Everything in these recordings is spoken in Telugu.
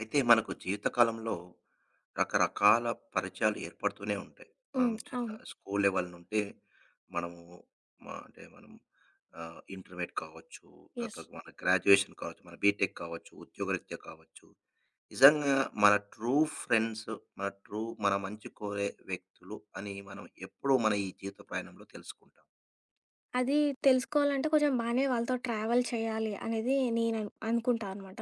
అయితే మనకు జీవితకాలంలో రకరకాల పరిచయాలు ఏర్పడుతూనే ఉంటాయి. మనం హ్మ్. చిన్న అవును. స్కూల్ లెవెల్ నుంటే మనము మ అంటే మనం ఇంటర్మీడియేట్ కావచ్చు. యెస్. తర్వాత మన గ్రాడ్యుయేషన్ కావచ్చు. మన బీటెక్ కావచ్చు. ఉద్యోగరీత్యా కావచ్చు. నిజంగా మన ట్రూ ఫ్రెండ్స్, మన ట్రూ మన మంచి కోరే వ్యక్తులు అని మనం ఎప్పుడో మన ఈ జీవిత ప్రయాణంలో తెలుసుకుంటాం. అది తెలుసుకోవాలంటే కొంచెం బానే వాళ్ళతో ట్రావెల్ చేయాలి అనేది నేను అనుకుంటా అనమాట.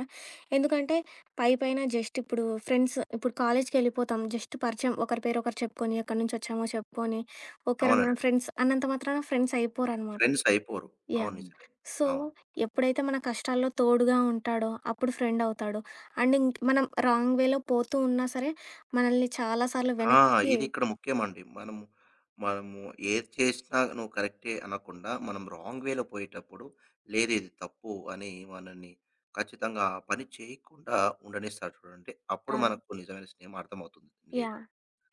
ఎందుకంటే పైపైన జస్ట్ ఇప్పుడు ఫ్రెండ్స్ ఇప్పుడు కాలేజ్‌కెళ్ళిపోతాం. జస్ట్ పరిచయం ఒకరి పేరు ఒకరు చెప్పుకొని, ఎక్కడి నుంచొచ్చామో చెప్పుకొని, ఓకేరా మనం అవునండి. ఫ్రెండ్స్ అన్నంత మాత్రాన ఫ్రెండ్స్ అయిపోరనమాట. ఫ్రెండ్స్ అయిపోరు. అవును, యాహ్! హ్మ్. నిజమే. సో, అవును. ఎప్పుడైతే మన కష్టాల్లో తోడుగా ఉంటాడో అప్పుడు ఫ్రెండ్ అవుతాడు. అండ్ మనం రాంగ్ వేలో పోతూ ఉన్నా సరే మనల్ని చాలా సార్లు ఆ! వెనక్కి. ఇది ఇక్కడ ముఖ్యమండి. మనము ఏది చేసినా నువ్వు కరెక్టే అనకుండా, మనం రాంగ్ వేలో పోయేటప్పుడు, లేదు ఇది తప్పు అని మనల్ని ఖచ్చితంగా ఆ పని చేయకుండా ఉండనిస్తారు చూడండి. అప్పుడు ఆ! మనకు నిజమైన స్నేహం అర్థమవుతుంది. లేదు. యాహ్!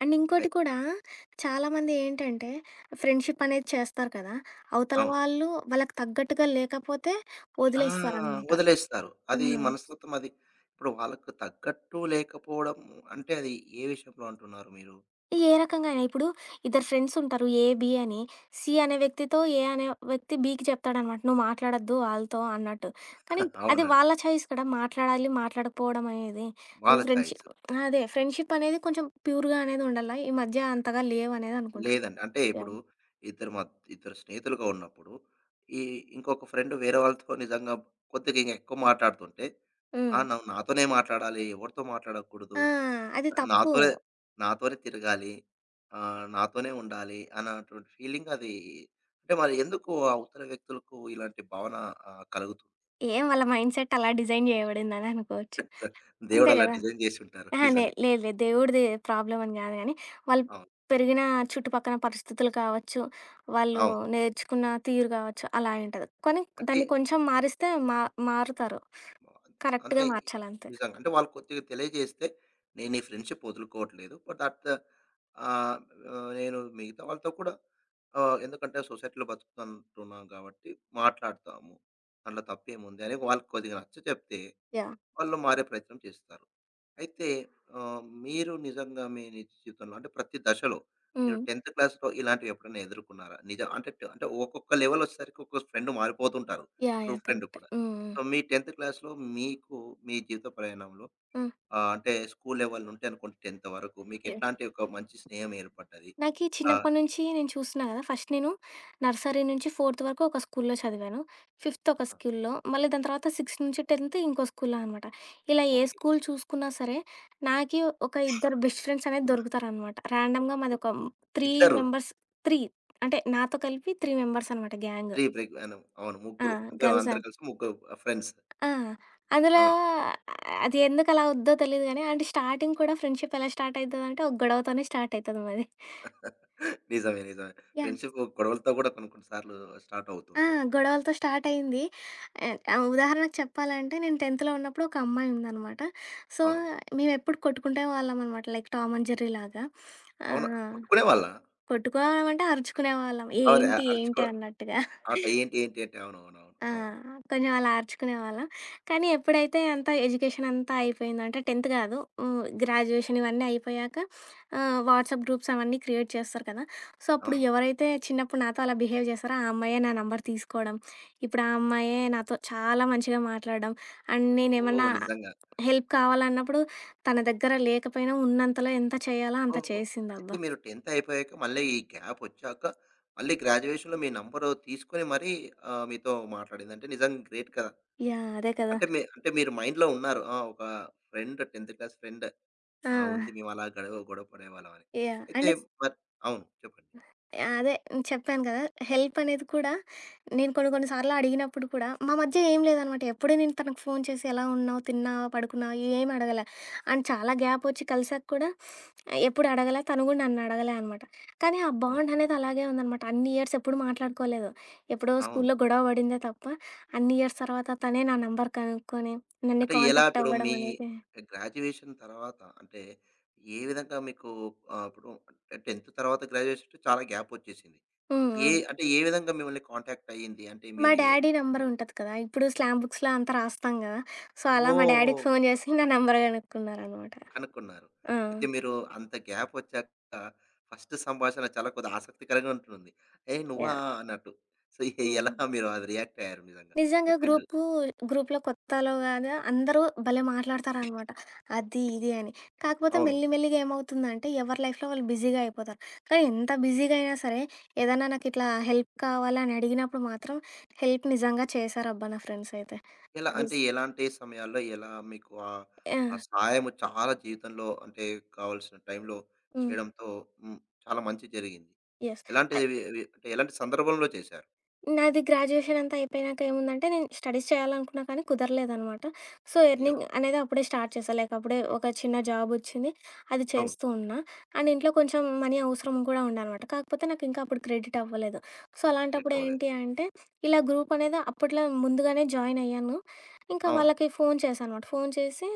అండ్ అయి ఇంకోటి కూడా చాలామంది ఏంటంటే ఫ్రెండ్‌షిప్ అనేది చేస్తారు కదా! అవతల అవును. వాళ్ళు వాళ్ళకి తగ్గట్టుగా లేకపోతే ఆ! వదిలేస్తారనమాట. వదిలేస్తారు. అది హ్మ్. మనస్తత్వం అది. ఇప్పుడు వాళ్ళకు తగ్గట్టు లేకపోవడం అంటే అది ఏ విషయంలో అంటున్నారు మీరు? ఏ రకంగా అయినా ఇప్పుడు ఇద్దరు ఫ్రెండ్స్ ఉంటారు ఏ, బి అని. సి అనే వ్యక్తితో ఏ అనే వ్యక్తి బికి చెప్తాడనమాట. "నువ్వు మాట్లాడొద్దు వాళ్ళతో" అన్నట్టు. కానీ అది అవునండి. వాళ్ళ చాయిస్ కదా! మాట్లాడాలి, మాట్లాడకపోవడం అనేది. వాళ్ళ నువ్వు చాయిస్. ఫ్రెండ్‌షిప్ అదే ఫ్రెండ్‌షిప్ అనేది కొంచెం ప్యూర్‌గా అనేది ఉండాల. ఈ మధ్య అంతగా లేవనేది అనుకుంటున్నా. లేదండి. అంటే ఇప్పుడు యాహ్! ఇద్దరు స్నేహితులుగా ఉన్నప్పుడు, ఈ ఇంకొక ఫ్రెండ్ వేరే వాళ్ళతో నిజంగా కొద్దిగా ఇంక ఎక్కువ మాట్లాడుతుంటే, ఆ! హ్మ్. నువ్వు నాతోనే మాట్లాడాలి. ఎవరితో మాట్లాడకూడదు. ఆ! అది తప్పు. నాతోనే నాతోనే తిరగాలి. నాతోనే ఉండాలి అన్నటువంటి ఫీలింగ్ అది, అంటే మరి ఎందుకు అవతల వ్యక్తులకు ఇలాంటి భావన కలుగుతుంది? ఏం వాళ్ళ మైండ్ సెట్ అలా డిజైన్ చేయబడిందని అనుకోవచ్చు. దేవుడు అంతే అలా గదా! డిజైన్ చేసుంటారు అహా! నిజంగా. లేదు లేదు. దేవుడిది ప్రాబ్లమ్ అని గాదు గానీ, వాళ్ళు అవును. పెరిగిన చుట్టుపక్కన పరిస్థితులు కావచ్చు, వాళ్ళు అవును. నేర్చుకున్న తీరు కావచ్చు అలా అయుంటది. కానీ అంటే దాన్ని కొంచెం మారిస్తే మారుతారు. అంతే. కరెక్ట్‌గా మార్చాలంతే. నిజంగా. అంటే వాళ్ళు కొద్దిగా తెలియజేస్తే, నేను ఈ ఫ్రెండ్‌షిప్ వదులుకోవట్లేదు. But at the ah, ah, నేను మిగతా వాళ్ళతో కూడా ఎందుకంటే సొసైటీలో బతుకుతుంటున్నాం కాబట్టి మాట్లాడతాము. దాంట్లో తప్పేముంది అని వాళ్ళకి కొద్దిగా నచ్చచెప్తే, యాహ్! వాళ్ళు మారే ప్రయత్నం చేస్తారు. అయితే మీరు నిజంగా మీ నిజ జీవితంలో అంటే ప్రతి దశలో మీరు హ్మ్. 10థ్ క్లాస్‌లో ఇలాంటివి ఎప్పుడైనా ఎదుర్కున్నారా? నిజం అంటే అంటే ఒక్కొక్క లెవెల్ వచ్చేసరికి ఒక్కొక్క ఫ్రెండ్ మారిపోతుంటారు. యాహ్! True yeah! ఫ్రెండ్ కరెక్టే. కూడా. హ్మ్. హ్మ్. సో, మీ 10థ్ క్లాస్‌లో మీకు మీ జీవిత ప్రయాణంలో హ్మ్. అంటే స్కూల్ లెవెల్ నుండి అనుకోండి 10థ్ వరకు మీకు యాహ్! ఎట్లాంటి ఒక మంచి స్నేహం ఏర్పడ్డది? నాకీ ఆహ్, చిన్నప్పటి నుంచి నేను చూస్తున్నా కదా! ఫస్ట్ నేను నర్సరీ నుంచి ఫోర్త్ వరకు ఒక స్కూల్లో చదివాను. ఫిఫ్త్ ఒక ఆ! స్కూల్లో, మళ్ళీ దాని తర్వాత సిక్స్త్ నుంచి 10థ్ ఇంకో స్కూల్లో అనమాట. ఇలా ఏ ఓకే. స్కూల్ చూసుకున్నా సరే, నాకి ఒక ఇద్దరు బెస్ట్ ఫ్రెండ్స్ అనేది దొరుకుతారనమాట. ర్యాండమ్‌గా మాది ఇ- ఒక 3 ఇద్దరు మెంబర్స్ 3 అంటే నాతో కలిపి 3 మెంబర్స్ అనమాట గ్యాంగ్. 3 బ్రేక్ అవును. అవును. ఆ! ముగ్గురు అంటే గర్ల్స్ అందరూ కలిసి ముగ్గురు ఫ్రెండ్స్. ఆ! అందులో అవును. అది ఎందుకు అలా అవుద్దో తెలీదు గానీ, అంటే స్టార్టింగ్ కూడా ఫ్రెండ్‌షిప్ ఎలా స్టార్ట్ అయితదంటే, ఒక గొడవతోనే స్టార్ట్ అయితది మాది. నిజమే. నిజమే. యాహ్! ఫ్రెండ్షిప్ గొడవలతో కూడా కొన్ని కొన్ని సార్లు స్టార్ట్ ఆ! అవుతుంటుంది. గొడవలతో స్టార్ట్ అయింది. ఆహ్, ఆహ్, ఉదాహరణకు చెప్పాలంటే నేను 10థ్‌లో ఉన్నప్పుడు ఒక అమ్మాయి ఉందనమాట. సో, అవును. మేమెప్పుడు కొట్టుకునే వాళ్ళం అనమాట. లైక్ టామ్ అండ్ జెర్రీ లాగా. అవును. ఆహ్, కొట్టుకునేవాళ్ళా? కొట్టుకోవడం అంటే అరుచుకునేవాళ్ళం. ఏంటి ఏంటి అరుచుకోవడం. అన్నట్టుగా. ఆట ఏంటి? ఏంటి? అంటే అవునవునవును. ఆ! అవును. కొంచెం అలా అరుచుకునేవాళ్ళం. కానీ ఎప్పుడైతే అంతా ఎడ్యుకేషన్ అంతా అయిపోయిందో అంటే 10థ్ కాదు. హ్మ్. గ్రాడ్యుయేషన్ ఇవన్నీ అయిపోయాక వాట్సాప్ గ్రూప్స్ అవన్నీ క్రియేట్ చేస్తారు కదా! సో, అప్పుడు అవును. ఎవరైతే చిన్నప్పుడు నాతో అలా బిహేవ్ చేశారో ఆ అమ్మాయే నా నంబర్ తీసుకోవడం. ఇప్పుడు ఆ అమ్మాయే నాతో చాలా మంచిగా మాట్లాడడం. అండ్ నేనేమన్నా ఓహ్! అవును. నిజంగా. హెల్ప్ కావాలన్నప్పుడు తన దగ్గర లేకపోయినా ఉన్నంతలో ఎంత చేయాలో అంత ఓహ్! అయితే చేసిందబ్బా! మీరు 10థ్ అయిపోయాక మళ్ళీ ఈ గ్యాప్ వచ్చాక మళ్ళీ గ్రాడ్యుయేషన్‌లో మీ నంబరు తీసుకొని మరీ మీతో మాట్లాడింది. అంటే నిజంగా గ్రేట్ కదా! యాహ్! అదే కదా! అంటే మీ అంటే మీరు మైండ్‌లో ఉన్నారు. ఆ! ఒక ఫ్రెండ్, 10థ్ క్లాస్ ఫ్రెండ్ ఆ! ఉంది. మేము అలా గొడవ గొడవ పడేవాళ్ళం అని. యాహ్! అయితే అంటే మరి అవును, చెప్పండి. అదే చెప్పాను కదా! హెల్ప్ అనేది కూడా నేను కొన్ని కొన్ని సార్లు అడిగినప్పుడు కూడా మా మధ్య ఏం లేదనమాట. ఎప్పుడూ నేను తనకు ఫోన్ చేసి ఎలా ఉన్నావు? తిన్నావా? పడుకున్నావా? ఏం అడగలే. అండ్ చాలా గ్యాప్ వచ్చి కలిసాక కూడా ఎప్పుడు అడగలే. తను కూడా నన్ను అడగలే అనమాట. కానీ ఆ అవును. బాండ్ అనేది అలాగే ఉందనమాట. అన్ని ఇయర్స్ ఎప్పుడు మాట్లాడుకోలేదు. ఎప్పుడో అవును. స్కూల్లో గొడవ పడిందే తప్ప, అన్ని ఇయర్స్ తర్వాత తనే నా నంబర్ కనుక్కొని, నన్ను అంటే ఎలా కాంటాక్ట్ ఇప్పుడు అవ్వడం అనేది. గ్రాడ్యుయేషన్ తర్వాత అంటే ఏ విధంగా మీకు ఇప్పుడు 10థ్ తర్వాత గ్రాడ్యుయేషన్‌కి చాలా గ్యాప్ వచ్చేసింది. హ్మ్. అవును. ఏ విధంగా మిమ్మల్ని కాంటాక్ట్ అయ్యింది? అంటే మా మీరు ఏ డ్యాడీ నంబర్ ఉంటది కదా! ఇప్పుడు స్లామ్ బుక్స్‌లో అంతా రాస్తాం గదా! సో, అలా మా ఓహో! డ్యాడీకి ఫోను జేసి నా నంబర్ గనుక్కున్నారనమాట. కనుక్కున్నారు. ఆ! అయితే మీరు అంత గ్యాప్ వచ్చాక ఫస్ట్ సంభాషణ చాలా కొద్దిగా ఆసక్తికరంగా ఉంటుంది. "ఏయ్! నువ్వా" యాహ్! అన్నట్టు. సో, హ్మ్. ఎలా మీరు అది రియాక్ట్ అయ్యారు నిజంగా? మీ నిజంగా ఫ్రెండ్, గ్రూప్‌లో కొత్తలో గాదు అందరూ భలే మాట్లాడతారనమాట. అది, ఇది అని. కాకపోతే అవును. మెల్లి మెల్లిగా ఏమవుతుందంటే, ఎవరి లైఫ్‌లో వాళ్ళు బిజీగా అయిపోతారు. కానీ ఎంత బిజీగా అయినా సరే, ఏదన్నా నాకిట్లా హెల్ప్ కావాలి అని అడిగినప్పుడు మాత్రం హెల్ప్ నిజంగా చేశారబ్బా! నా ఫ్రెండ్స్ అయితే. ఎలా అది అంటే ఎలాంటి సమయాల్లో ఎలా మీకు ఆ, ఆ! ఆ సహాయం చాలా జీవితంలో అంటే కావాల్సిన టైంలో హ్మ్. చేయడంతో, హ్మ్, చాలా మంచి జరిగింది. యెస్. అ ఎలాంటిది? వి వి అంటే ఎలాంటి సందర్భంలో చేశారు? నాది గ్రాడ్యుయేషన్ అంతా అయిపోయినాక ఏముందంటే, నేను స్టడీస్ చేయాలనుకున్నా కానీ కుదరలేదనమాట. సో, అయ్యో! ఎర్నింగ్ అనేది అప్పుడే స్టార్ట్ చేశా. లైక్ అప్పుడే ఒక చిన్న జాబొచ్చింది. అది అవును. చేస్తూ ఉన్నా. అండ్ ఇంట్లో కొంచెం మనీ అవసరం కూడా ఉండనమాట. కాకపోతే నాకింకా అప్పుడు క్రెడిట్ అవ్వలేదు. సో, క్రియేట్ అలాంటప్పుడు అవ్వలేదు. ఏంటి అంటే, ఇలా గ్రూప్ అనేది అప్పట్లో ముందుగానే జాయిన్ అయ్యాను. ఇంకా అవును. వాళ్ళకి ఫోను చేశా అనమాట. ఫోను చేసి,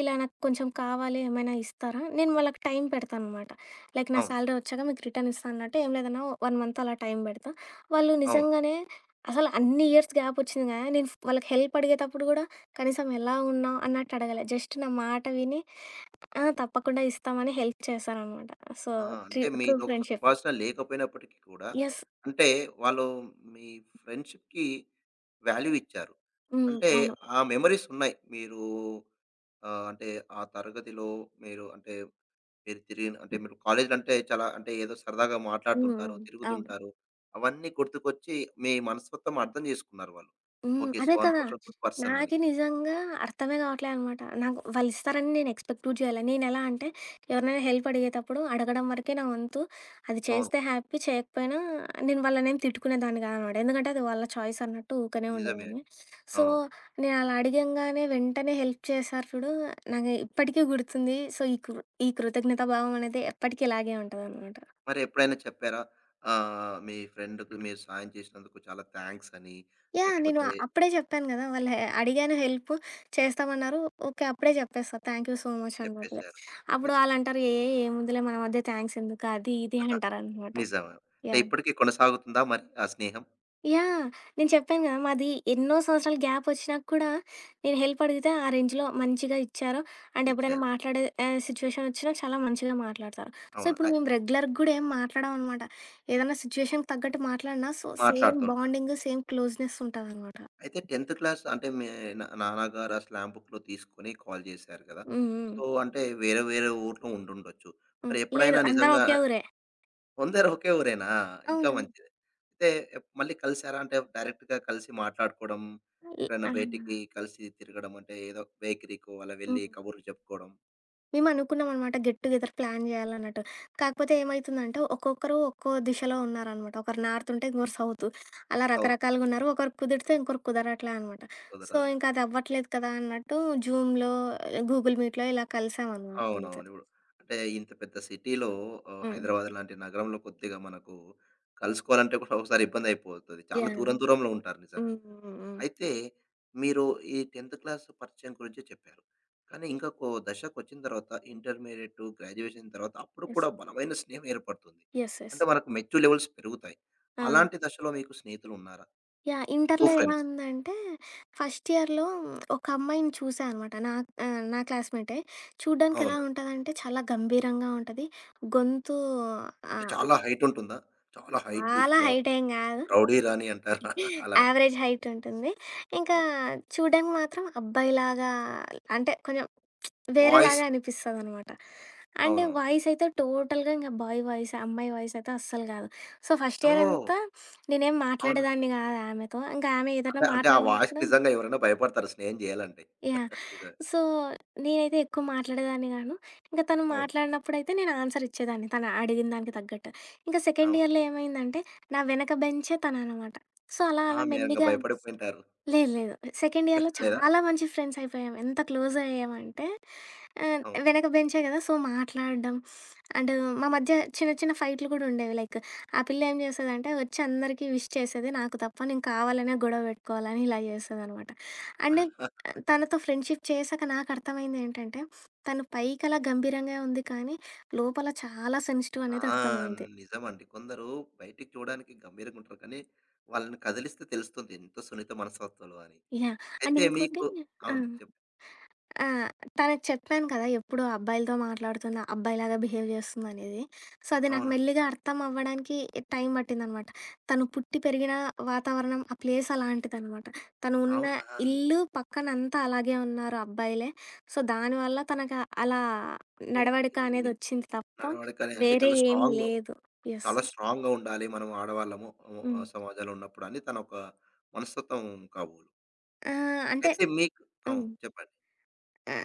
ఇలా నాకు కొంచెం కావాలి ఏమైనా ఇస్తారా? నేను వాళ్ళకి టైం పెడతాననమాట. లైక్ నా అవును. సాలరీ వచ్చాక మీకు రిటర్న్ ఇస్తా అన్నట్టు, ఏం లేదన్నా 1 మంత్ అలా టైం పెడతా. వాళ్ళు అవును. నిజంగానే అసలు అన్ని ఇయర్స్ గ్యాప్ వచ్చింది గానీ, నేను వాళ్ళకి హెల్ప్ అడిగేటప్పుడు గూడా కనీసం ఎలా ఉన్నావు అన్నట్టు అడగలే. జస్ట్ నా మాట విని, ఆ! తప్పకుండా ఇస్తామని హెల్ప్ చేశారనమాట. సో, ఆ! అంటే ట్రూ మీది ఒక ఫ్రెండ్‌షిప్. సంభాషణ లేకపోయినప్పటికీ కూడా యెస్. అంటే వాళ్ళు మీ ఫ్రెండ్‌షిప్‌కి వాల్యూ ఇచ్చారు. హ్మ్. అంటే అవును. ఆ మెమోరీస్ ఉన్నాయి. మీరు అంటే ఆ తరగతిలో మీరు అంటే మీరు తిరిగిన అంటే మీరు కాలేజీలో అంటే చాలా అంటే ఏదో సరదాగా హ్మ్. మాట్లాడుతుంటారు, హ్మ్. అవును. తిరుగుతుంటారు. అవన్నీ గుర్తుకొచ్చి మీ మనస్తత్వం అర్థం చేసుకున్నారు వాళ్ళు. హ్మ్. ఓకే. సో, అదే కదా! 1% గుడ్ పర్సన్ అని. నాకే నిజంగా అర్థమే కావట్లేదనమాట. నాకు వాళ్ళిస్తారని నేను ఎక్స్‌పెక్ట్ కూడా చేయలే. నేనెలా అంటే, ఎవరినైనా హెల్ప్ అడిగేటప్పుడు అడగడం వరకే నా వంతు. అది అవును. చేస్తే హ్యాపీ, చేయకపోయినా నేను వాళ్ళనేం తిట్టుకునేదాన్ని కాదనమాట. ఎందుకంటే, అది వాళ్ళ చాయిస్ అన్నట్టు ఊకనే నిజమే అండి. ఉండేదాన్ని. సో, అవును. నేనలా అడిగంగానే వెంటనే హెల్ప్ చేశారు చూడు, నాకు ఇప్పటికీ గుర్తుంది. సో, ఈ కృతజ్ఞతా భావం అనేది ఎప్పటికి ఇలాగే ఉంటదనమాట. మరి ఎప్పుడైనా చెప్పారా? మీ ఫ్రెండ్‌కి మీరు సాయం చేసినందుకు చాలా థాంక్స్ అని? యాహ్! నేను లేకపోతే అప్పుడే చెప్పాను గదా! వాళ్ళ అడిగాను హెల్ప్ చేస్తామన్నారు. ఓకే. అప్పుడే చెప్పేస్తా. థ్యాంక్ యూ సో మచ్ అన్నట్టుగా. చెప్పేసారు. అయి అప్పుడు ఆళ్ళంటారు, ఏముందిలే మన మధ్య థ్యాంక్స్ ఎందుకు?" అది ఇది ఆహా, అంటారనమాట. నిజమే. అంటే యాహ్! ఇప్పటికి కొనసాగుతుందా మరి ఆ స్నేహం? యాహ్! నేను చెప్పాను గదా! మాది ఎన్నో సంవత్సరాలు గ్యాప్ ఒచ్చినా కూడా నేను హెల్ప్ అడిగితే ఆ రేంజ్‌లో మంచిగా ఇచ్చారు. అండ్ ఎప్పుడైనా ఇచ్చారు. మాట్లాడే సిచ్యుయేషన్ ఒచ్చినా చాలా మంచిగా మాట్లాడతారు. సో, అవును. ఇప్పుడు మేము రెగ్యులర్‌గా గూడా ఏం మాట్లాడమనమాట. ఏదైనా సిచ్యుయేషన్‌కి తగ్గట్టు మాట్లాడినా సో, సేమ్ మాట్లాడుతు బాండింగ్, సేమ్ క్లోజ్‌నెస్ ఉంటదనమాట. అయితే 10థ్ క్లాస్ అంటే మీ నా నాన్నగారు ఆ స్లామ్ బుక్‌లో తీసుకొని కాల్ చేశారు కదా! హ్మ్. హ్మ్. సో, అంటే వేరే వేరే ఊర్లో ఉండుండొచ్చు. హ్మ్. మరి లేదు. ఎప్పుడైనా అందరం నిజంగా ఒకే ఊరే. అందరూ ఒకే ఊరేనా? ఇంకా అవును. మంచిది. అయితే మళ్ళీ కలిసారా? అంటే డైరెక్ట్‌గా కలిసి మాట్లాడుకోవడం, ఎక్కడైనా అలానా? బయటికి కలిసి తిరగడం అంటే ఏదో బేకరీకో అలా వెళ్లి హ్మ్. కబుర్లు చెప్పుకోవడం. మేమనుకున్నామనమాట గెట్ టుగెదర్ ప్లాన్ జేయాలన్నట్టు. కాకపోతే ఏమైతుందంటే, ఒక్కొక్కరు ఒక్కో దిశలో ఉన్నారనమాట. ఒకరు నార్త్ ఉంటే, ఇంకొకరు సౌత్. అలా సౌత్ రకరకాలుగున్నారు. ఒకరు కుదిరితే, ఇంకొకరు కుదరట్లే అనమాట. సో, కుదరదని. ఇంకా అది అవ్వట్లేదు కదా అన్నట్టు జూమ్‌లో, గూగుల్ మీట్‌లో ఇలా కలిసామనమాట అంతే. అవునవును. ఇప్పుడు అంటే ఇంత పెద్ద సిటీలో హ్మ్. హైదరాబాద్ లాంటి నగరంలో కొద్దిగా మనకు కలుసుకోవాలంటే కూడా ఒకసారి ఇబ్బంది అయిపోతది. చాలా యాహ్! దూరం దూరంలో ఉంటారు హ్మ్. నిజంగా. హ్మ్. హ్మ్. అయితే మీరు ఈ 10థ్ క్లాస్ పరిచయం గురించి చెప్పారు. కానీ ఇంకా దశకొచ్చిన తర్వాత ఇంటర్మీడియేట్, గ్రాడ్యుయేషన్ తర్వాత అప్పుడు యెస్. కూడా బలమైన స్నేహం ఏర్పడుతుంది. యెస్. యెస్. అంటే మనకు మెచ్యూర్ లెవెల్స్ పెరుగుతాయి. ఆ! అలాంటి దశలో మీకు స్నేహితులున్నారా? యాహ్! ట్రూ ఇంటర్‌లో ఎలా ఫ్రెండ్స్. ఉందంటే, ఫస్ట్ ఇయర్‌లో ఒక అమ్మాయిని చూసా అనమాట. నా నా క్లాస్‌మేటే. చూడ్డానికి ఎలా అవునండి. ఉంటదంటే, చాలా గంభీరంగా ఉంటది. గొంతు అంటే ఆహ్, చాలా హైట్ ఉంటుందా? చాలా హైట్ చాలా ఇట్లా హైట్ ఏం గాదు. రౌడీ రాణి అంటారా? అలా. యావరేజ్ హైట్ ఉంటుంది. ఇంకా ఓకే. చూడ్డానికి మాత్రం అబ్బాయిలాగా అంటే, కొంచెం వాయిస్, వేరేలాగా అనిపిస్తదనమాట. అంటే అవునవును. వాయిస్ అయితే టోటల్‌గా ఇంక బాయ్ వాయిస్, అమ్మాయి వాయిస్ అయితే అస్సలు గాదు. So, first year oh! అంతా నేనేం అవునా? మాట్లాడేదాన్ని గాదు ఆమెతో. ఇంకా ఆమె ఏదైనా అంటే అంటే ఆ వాయిస్‌కి మాట్లాడినప్పుడు. నిజంగా ఎవరైనా భయపడతారు స్నేహం జేయాలంటే. యాహ్! నిజమే. సో, నేనైతే ఎక్కువ మాట్లాడేదాన్ని గాను. ఇంక తను అవును. మాట్లాడినప్పుడైతే నేను ఆన్సర్ ఇచ్చేదాన్ని. తను అడిగిన దానికి తగ్గట్టు. ఇంక సెకండ్ అవును. ఇయర్‌లో ఏమైందంటే, నా వెనక బెంచే తననమాట. సో, అలా అలా ఆ! మీరింక మెల్లిగా భయపడిపోయుంటారు. లేదు లేదు. సెకండ్ ఇయర్‌లో లేదా? చాలా మంచి ఫ్రెండ్స్ అయిపోయాం. ఎంత క్లోజ్ అయ్యామంటే ఆహ్, అవును. వెనక బెంచే కదా! సో, మాట్లాడడం అండ్ మా మధ్య చిన్న చిన్న ఫైట్‌లు కూడా ఉండేవి. లైక్ ఆ పిల్ల ఏం చేసేదంటే వచ్చి అందరికీ విష్ చేసేది. నాకు తప్ప నేను కావాలనే గొడవ పెట్టుకోవాలని ఇలా చేసేదనమాట. అండ్ తనతో ఫ్రెండ్‌షిప్ చేశాక నాకు అర్థమైంది ఏంటంటే, తను పైకి అలా గంభీరంగా ఉంది కానీ లోపల చాలా సెన్సిటివ్ ఆ! అనేది అర్థమైంది. నిజమండి. కొందరు బయటికి చూడడానికి గంభీరంగా ఉంటారు. కానీ వాళ్ళని కదిలిస్తే తెలుస్తుంది. ఎంతో సున్నిత మనస్తత్వులు అని. యాహ్! అండ్ అయితే మీకు ఇంకోటి ఆ! అవును, చెప్పు. ఆ! తనకి చెప్పాను కదా! ఎప్పుడు అబ్బాయిలతో మాట్లాడుతున్నా, అబ్బాయిలాగా బిహేవ్ చేస్తుందనేది. సో, అది నాకు అవునండి. మెల్లిగా అర్థం అవ్వడానికి టైం పట్టిందనమాట. తను పుట్టి పెరిగిన వాతావరణం, ఆ ప్లేస్ అలాంటిదనమాట. తను ఉన్న అవునా! ఇల్లు పక్కన అంతా అలాగే ఉన్నారు అబ్బాయిలే. సో, దానివల్ల తనకు అలా నడవడిక ఓకే. అనేదొచ్చింది తప్ప, నడవడికనే అంటే వేరే చాలా ఏం స్ట్రాంగ్. లేదు. యెస్. చాలా స్ట్రాంగ్‌గా ఉండాలి. మనం ఆడవాళ్ళము ఆహ్, హ్మ్. ఆహ్, సమాజంలో ఉన్నప్పుడు అని తన ఒక మనస్తత్వం కాబోలు. ఆ! అంటే అయితే మీకు హ్మ్. అవును, చెప్పండి. ఆ!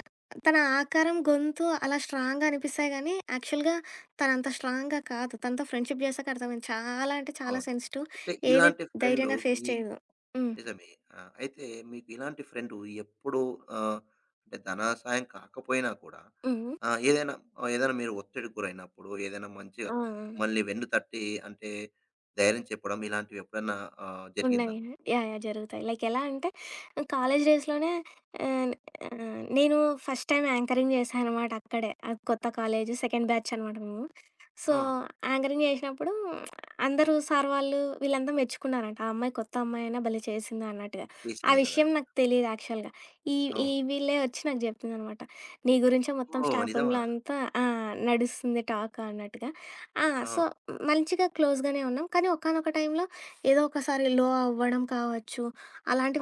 తన ఆకారం, గొంతు అలా స్ట్రాంగ్‌గా అనిపిస్తాయి గానీ, యాక్చువల్‌గా తనంత స్ట్రాంగ్‌గా కాదు. తనతో ఫ్రెండ్‌షిప్ చేశాక అర్థమైంది. చాలా అంటే చాలా అవును. సెన్సిటివ్. అయితే ఏది ఇలాంటి ఫ్రెండు, ధైర్యంగా ఫేస్ మీ, చేయదు. హ్మ్. నిజమే. ఆ! అయితే మీకు ఇలాంటి ఫ్రెండు ఎప్పుడు ఆహ్, అంటే ధన సహాయం కాకపోయినా కూడా, హ్మ్. ఏదైనా ఏదైనా మీరు ఒత్తిడికి గురైనప్పుడు ఏదైనా మంచిగా ఆ! ఆ! మిమ్మల్ని వెన్ను తట్టి అంటే ధైర్యం చెప్పడం ఇలాంటివి ఎప్పుడన్నా జరిగిందా? ఉన్నాయి. యాహ్! యాహ్! జరుగుతాయి. లైక్ ఎలా అంటే కాలేజ్ డేస్‌లోనే ఆహ్, ఆహ్, నేను ఫస్ట్ టైమ్ యాంకరింగ్ చేశాననమాట అక్కడే. అది కొత్త కాలేజ్ సెకండ్ బ్యాచ్ అనమాట మేము. సో, అవును. యాంకరింగ్ చేసినప్పుడు అందరూ సార్ వాళ్ళు వీళ్ళంతా మెచ్చుకున్నారంట. ఆ అమ్మాయి కొత్త అమ్మాయైనా భలే చేసిందా అన్నట్టుగా. ఆ చేసింది కదా! విషయం అని. నాకు తెలీదు యాక్చువల్‌గా. ఈ ఈ అవును. వీళ్ళే వచ్చి నాకు చెప్తుందనమాట. నీ గురించే మొత్తం ఓహ్! స్టాఫ్ నిజమా? రూమ్‌లో అంతా ఆ! నడుస్తుంది టాక్ అన్నట్టుగా. ఆ! సో, అవును. మంచిగా క్లోజ్‌గానే ఉన్నాం. కానీ ఒకానొక టైంలో ఏదో ఒకసారి లో అవ్వడం కావచ్చు.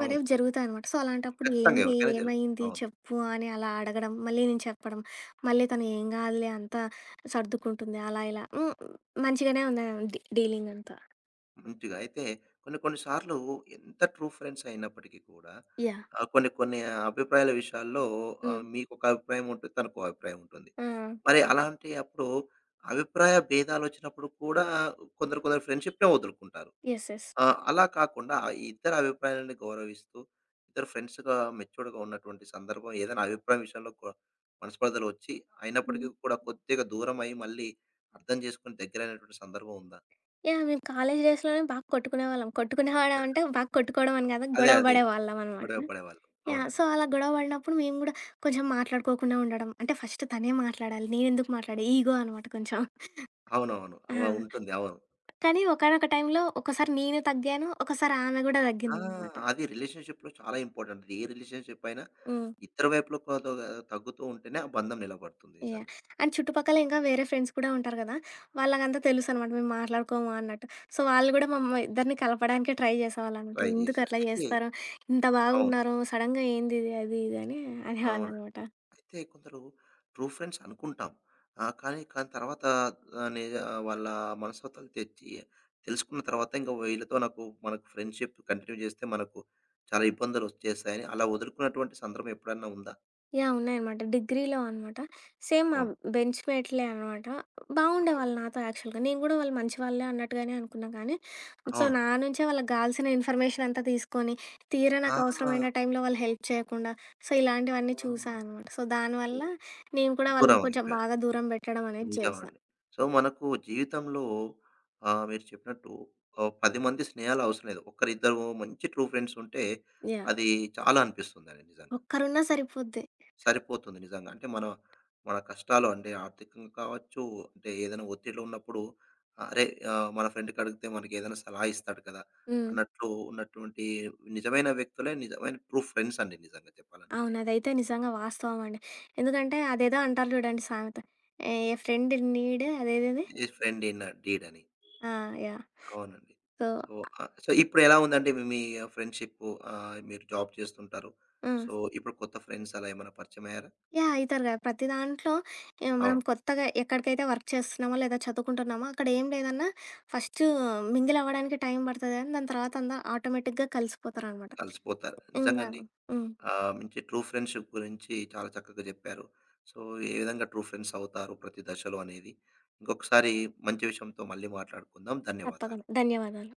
అవును. జరుగుతాయనమాట. సో, అలాంటప్పుడు ఖచ్చితంగా ఏంటి? ఎవరికైనా జరుగుతుంది. ఏమైంది? అవును. చెప్పు అని అలా అడగడం. మళ్ళీ నేను చెప్పడం. మళ్ళీ తను ఏం కాదులే అంతా సర్దుకుంటుంది. అలా ఇలా హ్మ్. మంచిగానే ఉంది డీలింగ్ అంతా. మంచిగా అయితే కొన్ని కొన్ని సార్లు ఎంత ట్రూ ఫ్రెండ్స్ అయినప్పటికీ కూడా యాహ్! ఆ! కొన్ని కొన్ని అభిప్రాయాల విషయాల్లో హ్మ్. మీకొక అభిప్రాయం ఉంటుంది. తనకో అభిప్రాయం ఉంటుంది. ఆ! మరి అలాంటి అప్పుడు అభిప్రాయ భేదాలొచ్చినప్పుడు కూడా కొందరు కొందరు ఫ్రెండ్‌షిప్‌నే వదులుకుంటారు. యెస్. యెస్. ఆ! అలా కాకుండా ఇద్దరి అభిప్రాయాలను గౌరవిస్తూ, ఇద్దరు ఫ్రెండ్స్‌గా మెచ్యూర్డ్‌గా ఉన్నటువంటి సందర్భం ఏదైనా అభిప్రాయం విషయంలో మనస్పర్ధలొచ్చి హ్మ్. అయినప్పటికీ కూడా కొద్దిగా దూరమయ్యి మళ్ళీ అర్థం చేసుకొని దగ్గరైనటువంటి సందర్భం ఉందా? యాహ్! మేము కాలేజీ డేస్‌లోనే బాగా కొట్టుకునేవాళ్ళం. కొట్టుకునేవాళ్ళం అంటే బాగా కొట్టుకోవడం అని కాదు. గొడవ అదే. పడేవాళ్ళం అనమాట. గొడవ పడేవాళ్ళు. యాహ్! సో, అవునండి. అలా గొడవ పడినప్పుడు మేము కూడా కొంచెం మాట్లాడుకోకుండా ఉండడం. అంటే ఫస్ట్ తనే మాట్లాడాలి. నేనెందుకు మాట్లాడా? ఈగో అనమాట కొంచెం. అవునవును, ఆ! అలా ఉంటుంది. అవును. కానీ ఒకానొక టైంలో ఒకసారి నేను తగ్గాను. ఒకసారి ఆమె గూడా ఆ! తగ్గిందనమాట. అది రిలేషన్‌షిప్‌లో చాలా ఇంపార్టెంట్. ఏ రిలేషన్‌షిప్ అయినా హ్మ్. ఇద్దరి వైపులో తగ్గుతూ ఉంటేనే ఆ బంధం నిలబడుతుంది యాహ్! నిజంగా. అండ్ చుట్టుపక్కల ఇంకా వేరే ఫ్రెండ్స్ కూడా ఉంటారు గదా! వాళ్ళకంతా తెలుసనమాట మేము మాట్లాడుకోము అన్నట్టు. సో, వాళ్ళు గూడా మమ్మ ఇద్దరిని కలపడానికే ట్రై చేసేవాళ్ళనమాట. ట్రై చేశారు. ఎందుకట్లా అయితే చేస్తారు? ఇంత అవును. బాగున్నారు సడెన్‌గా ఏందిది అది ఇది అని అవును. అనేవాళ్ళనమాట. అయితే కొందరు ట్రూ ఫ్రెండ్స్ అనుకుంటాం. ఆ! కానీ తర్వాత ఆహ్, నిజ వాళ్ళ మనస్తత్వాలు తెలుసుకున్న తర్వాత ఇంక వీళ్ళతో మనకు ఫ్రెండ్‌షిప్ కంటిన్యూ చేస్తే మనకు చాలా ఇబ్బందులు వచ్చేస్తాయని అలా వదులుకున్నటువంటి సందర్భం ఎప్పుడన్నా ఉందా? యాహ్! ఉన్నాయనమాట. డిగ్రీలో అనమాట. సేమ్ మా అవును. బెంచ్ మేట్‌లే అనమాట. అవును. బాగుండేవాళ్ళు నాతో యాక్చువల్‌గా. నేను గూడా వాళ్ళు మంచి వాళ్ళే అన్నట్టుగానే అనుకున్నా కానీ, సో, అవును. నా నుంచే వాళ్ళకి గావాల్సిన ఇన్ఫర్మేషన్ అంతా తీసుకొని, తీరా ఆ! నాకు ఆ! అవసరమైన టైంలో వాళ్ళు హెల్ప్ చేయకుండా, సో, ఇలాంటివన్నీ చూసా అనమాట. సో, దానివల్ల నేను కూడా వాళ్ళని దూరం కొంచెం అయిపోయారు. బాగా దూరం పెట్టడం అనేది చేశా. నిజమండి. సో, మనకు జీవితంలో మీరు చెప్పినట్టు 10 మంది స్నేహాలు అవసరం లేదు. ఒకరిద్దరు మంచి ట్రూ ఫ్రెండ్స్ ఉంటే యాహ్! అది చాలా అనిపిస్తుందండి నిజంగా. ఒక్కరున్నా సరిపోద్ది. సరిపోతుంది నిజంగా. అంటే మన మన కష్టాలు అంటే ఆర్థికంగా కావచ్చు, అంటే ఏదైనా ఒత్తిడిలో ఉన్నప్పుడు ఆ, అరే! మన ఫ్రెండ్‌కి అడిగితే మనకేదైనా సలహా ఇస్తాడు కదా! హ్మ్. అన్నట్లు ఉన్నటువంటి నిజమైన వ్యక్తులే నిజమైన ట్రూ ఫ్రెండ్స్ అండి నిజంగా చెప్పాలంటే. అవును. అదైతే నిజంగా వాస్తవం అండి. ఎందుకంటే అదేదో అంటారు చూడండి సామెత. ఏ ఫ్రెండ్ ఇన్ నీడ్ అదేదేది? ఏ ఫ్రెండ్ ఇన్ డీడ్ అని. ఆ! యాహ్! అవునండి. సో సో, సో, ఇప్పుడెలా ఉందండి మీ మీ ఫ్రెండ్‌షిప్పు? మీరు జాబ్ చేస్తుంటారు. ఆ! సో, ఇప్పుడు కొత్త ఫ్రెండ్స్ అలా ఏమైనా పరిచయమయ్యారా? యాహ్! అయితారు గదా! ప్రతి దాంట్లో మనం అవును. కొత్తగా ఎక్కడికైతే వర్క్ చేస్తున్నామో, లేదా చదువుకుంటున్నామో అక్కడ ఏం లేదన్నా ఫస్టు మింగిల్ అవ్వడానికి టైం పడతది గానీ, దాని తర్వాత అంతా ఆటోమేటిక్‌గా కలిసిపోతారనమాట. కలిసిపోతారు. నిజంగా ఇంగా అండి. హ్మ్. మంచి ట్రూ ఫ్రెండ్‌షిప్ గురించి చాలా చక్కగా చెప్పారు. సో, ఏ విధంగా ట్రూ ఫ్రెండ్స్ అవుతారు ప్రతి దశలో అనేది. ఇంకొకసారి మంచి విషయంతో మళ్ళీ మాట్లాడుకుందాం. ధన్యవాదాలు. తప్పకుండా. ధన్యవాదాలు.